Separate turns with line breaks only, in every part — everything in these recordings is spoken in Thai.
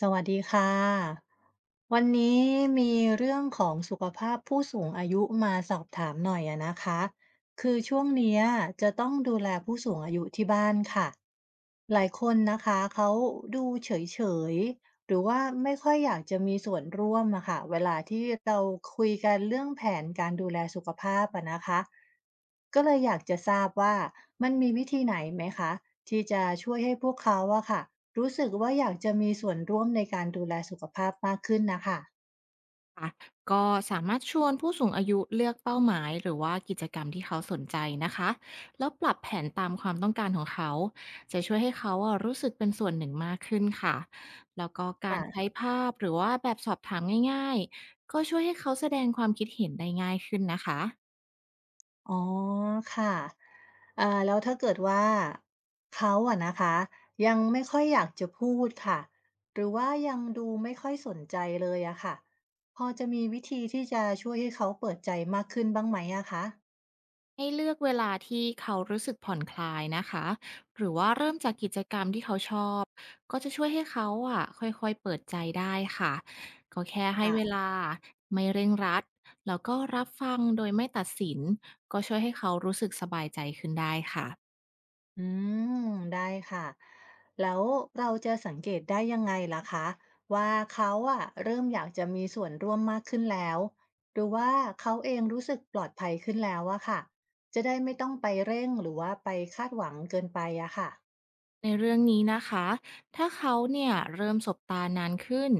สวัสดีค่ะวันนี้มีเรื่องของสุขภาพผู้สูงอายุมาสอบถามหน่อยอะนะคะคือช่วงเนี้ยจะต้องดูแลผู้สูงอายุที่บ้านค่ะหลายคนนะคะเขาดูเฉยๆหรือว่าไม่ค่อยอยากจะมีส่วนร่วมอะค่ะเวลาที่เราคุยกันเรื่องแผนการดูแลสุขภาพอะนะคะก็เลยอยากจะทราบว่ามันมีวิธีไหนไหมคะที่จะช่วยให้พวกเขาอะค่ะ รู้สึกว่าอยากจะมีส่วนร่วมในการดูแลสุขภาพมากขึ้นนะค่ะ
ค่ะก็สามารถชวนผู้สูงอายุเลือกเป้าหมายหรือว่ากิจกรรมที่เขาสนใจนะคะแล้วปรับแผนตามความต้องการของเขาจะช่วยให้เขาอะรู้สึกเป็นส่วนหนึ่งมากขึ้นค่ะแล้วก็การใช้
ค่ะ
ภาพหรือว่าแบบสอบถามง่ายๆก็ช่วยให้เขาแสดงความคิดเห็นได้ง่ายขึ้นนะคะ
อ๋อค่ะแล้วถ้าเกิดว่าเขาอะนะคะยังไม่ค่อยอยากจะพูดค่ะหรือว่ายังดูไม่ค่อยสนใจเลยอะค่ะพอจะมีวิธีที่จะช่วยให้เขาเปิดใจมากขึ้นบ้างไหมอะค
ให้เลือกเวลาที่เขารู้สึกผ่อนคลายนะคะหรือว่าเริ่มจากกิจกรรมที่เขาชอบก็จะช่วยให้เขาอะค่อยๆเปิดใจได้ค่ะก็แค่ให้เว
ค่ะ
ลาไม่เร่งรัดแล้วก็รับฟังโดยไม่ตัดสินก็ช่วยให้เขารู้สึกสบายใจขึ้นได้ค่ะ
อืมได้ค่ะแล้วเราจะสังเกตได้ยังไงล่ะคะว่าเขาอะเริ่มอยากจะมีส่วนร่วมมากขึ้นแล้วหรือว่าเขาเองรู้สึกปลอดภัยขึ้นแล้วอะค่ะจะได้ไม่ต้องไปเร่งหรือว่าไปคาดหวังเกินไปอะค่ะ
ในเรื่องนี้นะคะ ถ้าเขาเนี่ยเริ่มสบตานานขึ้น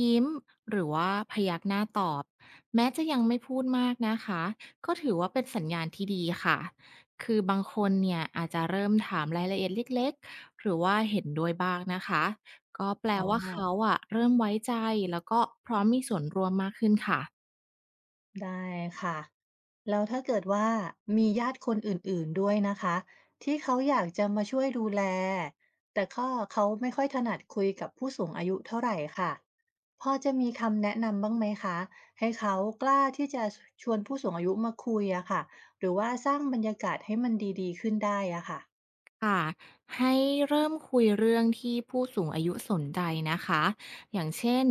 ยิ้มหรือว่าพยักหน้าตอบแม้จะยังไม่พูดมากนะคะก็ถือว่าเป็นสัญญาณที่ดีค่ะคือบางคนเนี่ยอาจจะเริ่มถามรายละเอียดเล็กๆหรือว่าเห็นด้วยบ้างนะคะก็แปล
อ๋อ
ว่าเขาอะเริ่มไว้ใจแล้วก็พร้อมมีส่วนร่วมมากขึ้นค่ะ
ได้ค่ะแล้วถ้าเกิดว่ามีญาติคนอื่นๆด้วยนะคะที่เขาอยากจะมาช่วยดูแลแต่ก็เขาไม่ค่อยถนัดคุยกับผู้สูงอายุเท่าไหร่ค่ะพอจะมีคำแนะนำบ้างไหมคะให้เขากล้าที่จะชวนผู้สูงอายุมาคุยอะค่ะหรือว่าสร้างบรรยากาศให้มันดีๆขึ้นได้อะค่ะ
ค่ะให้เริ่มคุยเรื่องที่ผู้สูงอายุสนใจนะคะอย่างเช่น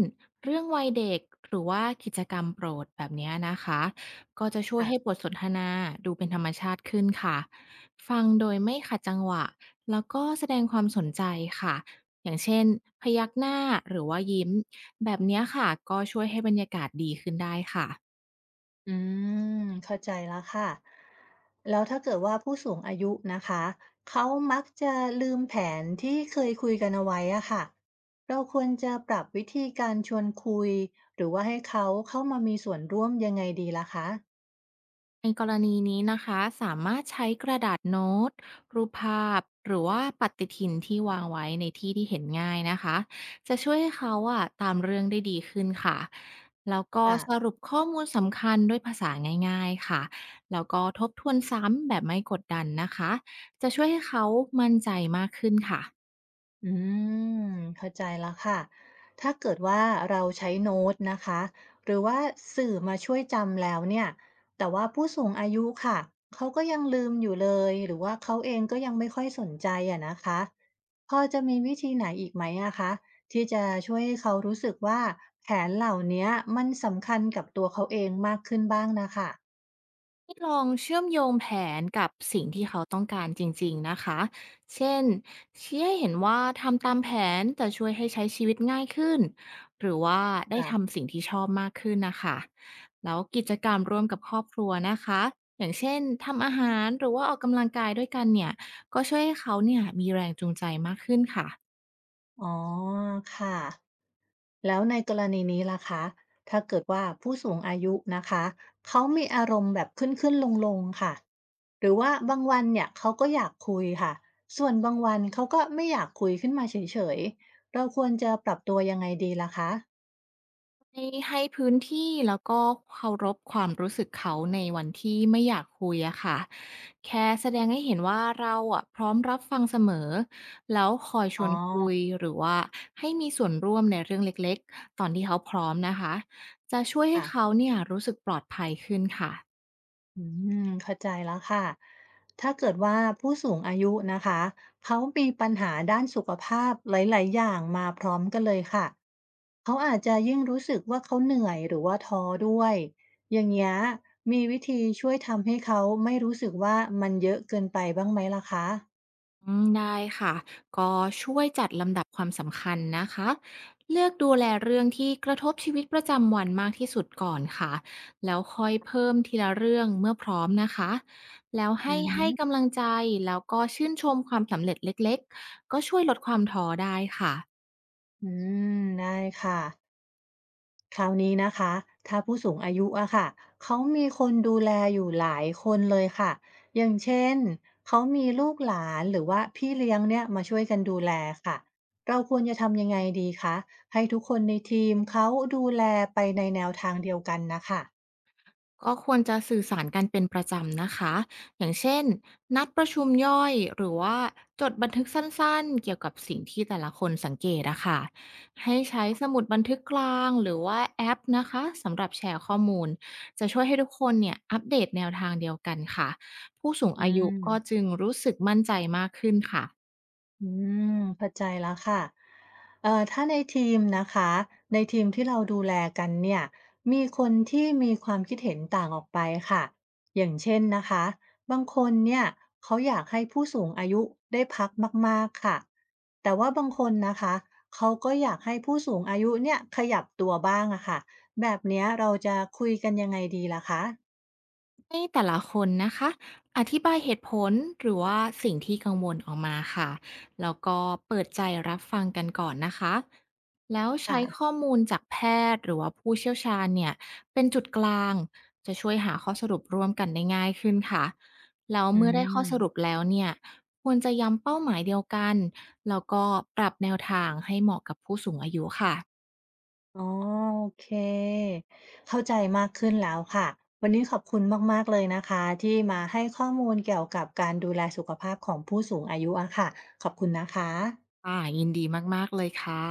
เรื่องวัยเด็กหรือว่ากิจกรรมโปรดแบบเนี้ยนะคะก็จะช่วยให้บทสนทนาดูเป็นธรรมชาติขึ้นค่ะฟังโดยไม่ขัดจังหวะแล้วก็แสดงความสนใจค่ะอย่างเช่นพยักหน้าหรือว่ายิ้มแบบเนี้ยค่ะก็ช่วยให้บรรยากาศดีขึ้นได้ค่ะ
อืมเข้าใจแล้วค่ะแล้วถ้าเกิดว่าผู้สูงอายุนะคะเขามักจะลืมแผนที่เคยคุยกันเอาไว้อะค่ะเราควรจะปรับวิธีการชวนคุยหรือว่าให้เขาเข้ามามีส่วนร่วมยังไงดีล่ะคะ
ในกรณีนี้นะคะสามารถใช้กระดาษโน้ตรูปภาพหรือว่าปฏิทินที่วางไว้ในที่ที่เห็นง่ายนะคะจะช่วยให้เขาอะตามเรื่องได้ดีขึ้นค่ะแล้วก็
ค่ะ
สรุปข้อมูลสำคัญด้วยภาษาง่ายๆค่ะแล้วก็ทบทวนซ้ำแบบไม่กดดันนะคะจะช่วยให้เขามั่นใจมากขึ้นค่ะ
อืมเข้าใจแล้วค่ะถ้าเกิดว่าเราใช้โน้ตนะคะหรือว่าสื่อมาช่วยจำแล้วเนี่ยแต่ว่าผู้สูงอายุค่ะเขาก็ยังลืมอยู่เลยหรือว่าเขาเองก็ยังไม่ค่อยสนใจอะนะคะพอจะมีวิธีไหนอีกไหมอะคะที่จะช่วยให้เขารู้สึกว่าแผนเหล่านี้มันสำคัญกับตัวเขาเองมากขึ้นบ้างนะคะ
ให้ลองเชื่อมโยงแผนกับสิ่งที่เขาต้องการจริงๆนะคะเช่นชี้ให้เห็นว่าทำตามแผนจะช่วยให้ใช้ชีวิตง่ายขึ้นหรือว่าได้
ค่ะ
ทำสิ่งที่ชอบมากขึ้นนะคะแล้วกิจกรรมร่วมกับครอบครัวนะคะอย่างเช่นทำอาหารหรือว่าออกกำลังกายด้วยกันเนี่ยก็ช่วยให้เขาเนี่ยมีแรงจูงใจมากขึ้นค่ะ
อ๋อค่ะ แล้วในกรณีนี้ล่ะคะถ้าเกิดว่าผู้สูงอายุนะคะเขามีอารมณ์แบบขึ้นขึ้นลงลงค่ะหรือว่าบางวันเนี่ยเขาก็อยากคุยค่ะส่วนบางวันเขาก็ไม่อยากคุยขึ้นมาเฉยๆเราควรจะปรับตัวยังไงดีล่ะคะ
ให้ให้พื้นที่แล้วก็เคารพความรู้สึกเขาในวันที่ไม่อยากคุยอะค่ะ แค่แสดงให้เห็นว่าเราอะพร้อมรับฟังเสมอแล้วคอยช
อ๋อ
วนคุยหรือว่าให้มีส่วนร่วมในเรื่องเล็กๆ ตอนที่เขาพร้อมนะคะจะช่วยให้
ค่ะ
เขาเนี่ยรู้สึกปลอดภัยขึ้นค่ะ
อืมเข้าใจแล้วค่ะถ้าเกิดว่าผู้สูงอายุนะคะเขามีปัญหาด้านสุขภาพหลายๆ อย่างมาพร้อมกันเลยค่ะ เขาอาจจะยิ่งรู้สึกว่าเขาเหนื่อยหรือว่าท้อด้วยอย่างเงี้ยมีวิธีช่วยทำให้เขาไม่รู้สึกว่ามันเยอะเกินไปบ้างไหมล่ะคะ
อืมได้ค่ะก็ช่วยจัดลำดับความสำคัญนะคะเลือกดูแลเรื่องที่กระทบชีวิตประจำวันมากที่สุดก่อนค่ะแล้วค่อยเพิ่มทีละเรื่องเมื่อพร้อมนะคะแล้ว
อื
ให้
ม
กำลังใจแล้วก็ชื่นชมความสำเร็จเล็กๆก็ช่วยลดความท้อได้ค่ะ
อืมได้ค่ะ คราวนี้นะคะถ้าผู้สูงอายุอะค่ะเขามีคนดูแลอยู่หลายคนเลยค่ะอย่างเช่นเขามีลูกหลานหรือว่าพี่เลี้ยงเนี่ยมาช่วยกันดูแลค่ะเราควรจะทำยังไงดีคะให้ทุกคนในทีมเขาดูแลไปในแนวทางเดียวกันนะค่ะ
ก็ควรจะสื่อสารกันเป็นประจำนะคะอย่างเช่นนัดประชุมย่อยหรือว่าจดบันทึกสั้นๆเกี่ยวกับสิ่งที่แต่ละคนสังเกตอะค่ะให้ใช้สมุดบันทึกกลางหรือว่าแอปนะคะสำหรับแชร์ข้อมูลจะช่วยให้ทุกคนเนี่ยอัปเดตแนวทางเดียวกันค่ะผู้สูง
อื
อายุก็จึ
ม
งรู้สึกมั่นใจมากขึ้นค่ะ
อืมเข้าใจแล้วค่ะถ้าในทีมนะคะในทีมที่เราดูแลกันเนี่ยมีคนที่มีความคิดเห็นต่างออกไปค่ะอย่างเช่นนะคะบางคนเนี่ยเขาอยากให้ผู้สูงอายุได้พักมากๆค่ะแต่ว่าบางคนนะคะเขาก็อยากให้ผู้สูงอายุเนี่ยขยับตัวบ้างอะค่ะแบบเนี้ยเราจะคุยกันยังไงดีล่ะคะ
ให้แต่ละคนนะคะอธิบายเหตุผลหรือว่าสิ่งที่กังวลออกมาค่ะแล้วก็เปิดใจรับฟังกันก่อนนะคะแล้วใช้ข้
ค่ะ
อมูลจากแพทย์หรือว่าผู้เชี่ยวชาญเนี่ยเป็นจุดกลางจะช่วยหาข้อสรุปร่วมกันได้ง่ายขึ้นค่ะแล้ว
อื
เมื่อได้ข้อสรุป
ม
แล้วเนี่ยควรจะย้ำเป้าหมายเดียวกันแล้วก็ปรับแนวทางให้เหมาะกับผู้สูงอายุค่ะ
อ๋อโอเคเข้าใจมากขึ้นแล้วค่ะวันนี้ขอบคุณมากๆเลยนะคะที่มาให้ข้อมูลเกี่ยวกับการดูแลสุขภาพของผู้สูงอายุอะค่ะขอบคุณนะคะ
อ่ายินดีมากๆเลยค่ะ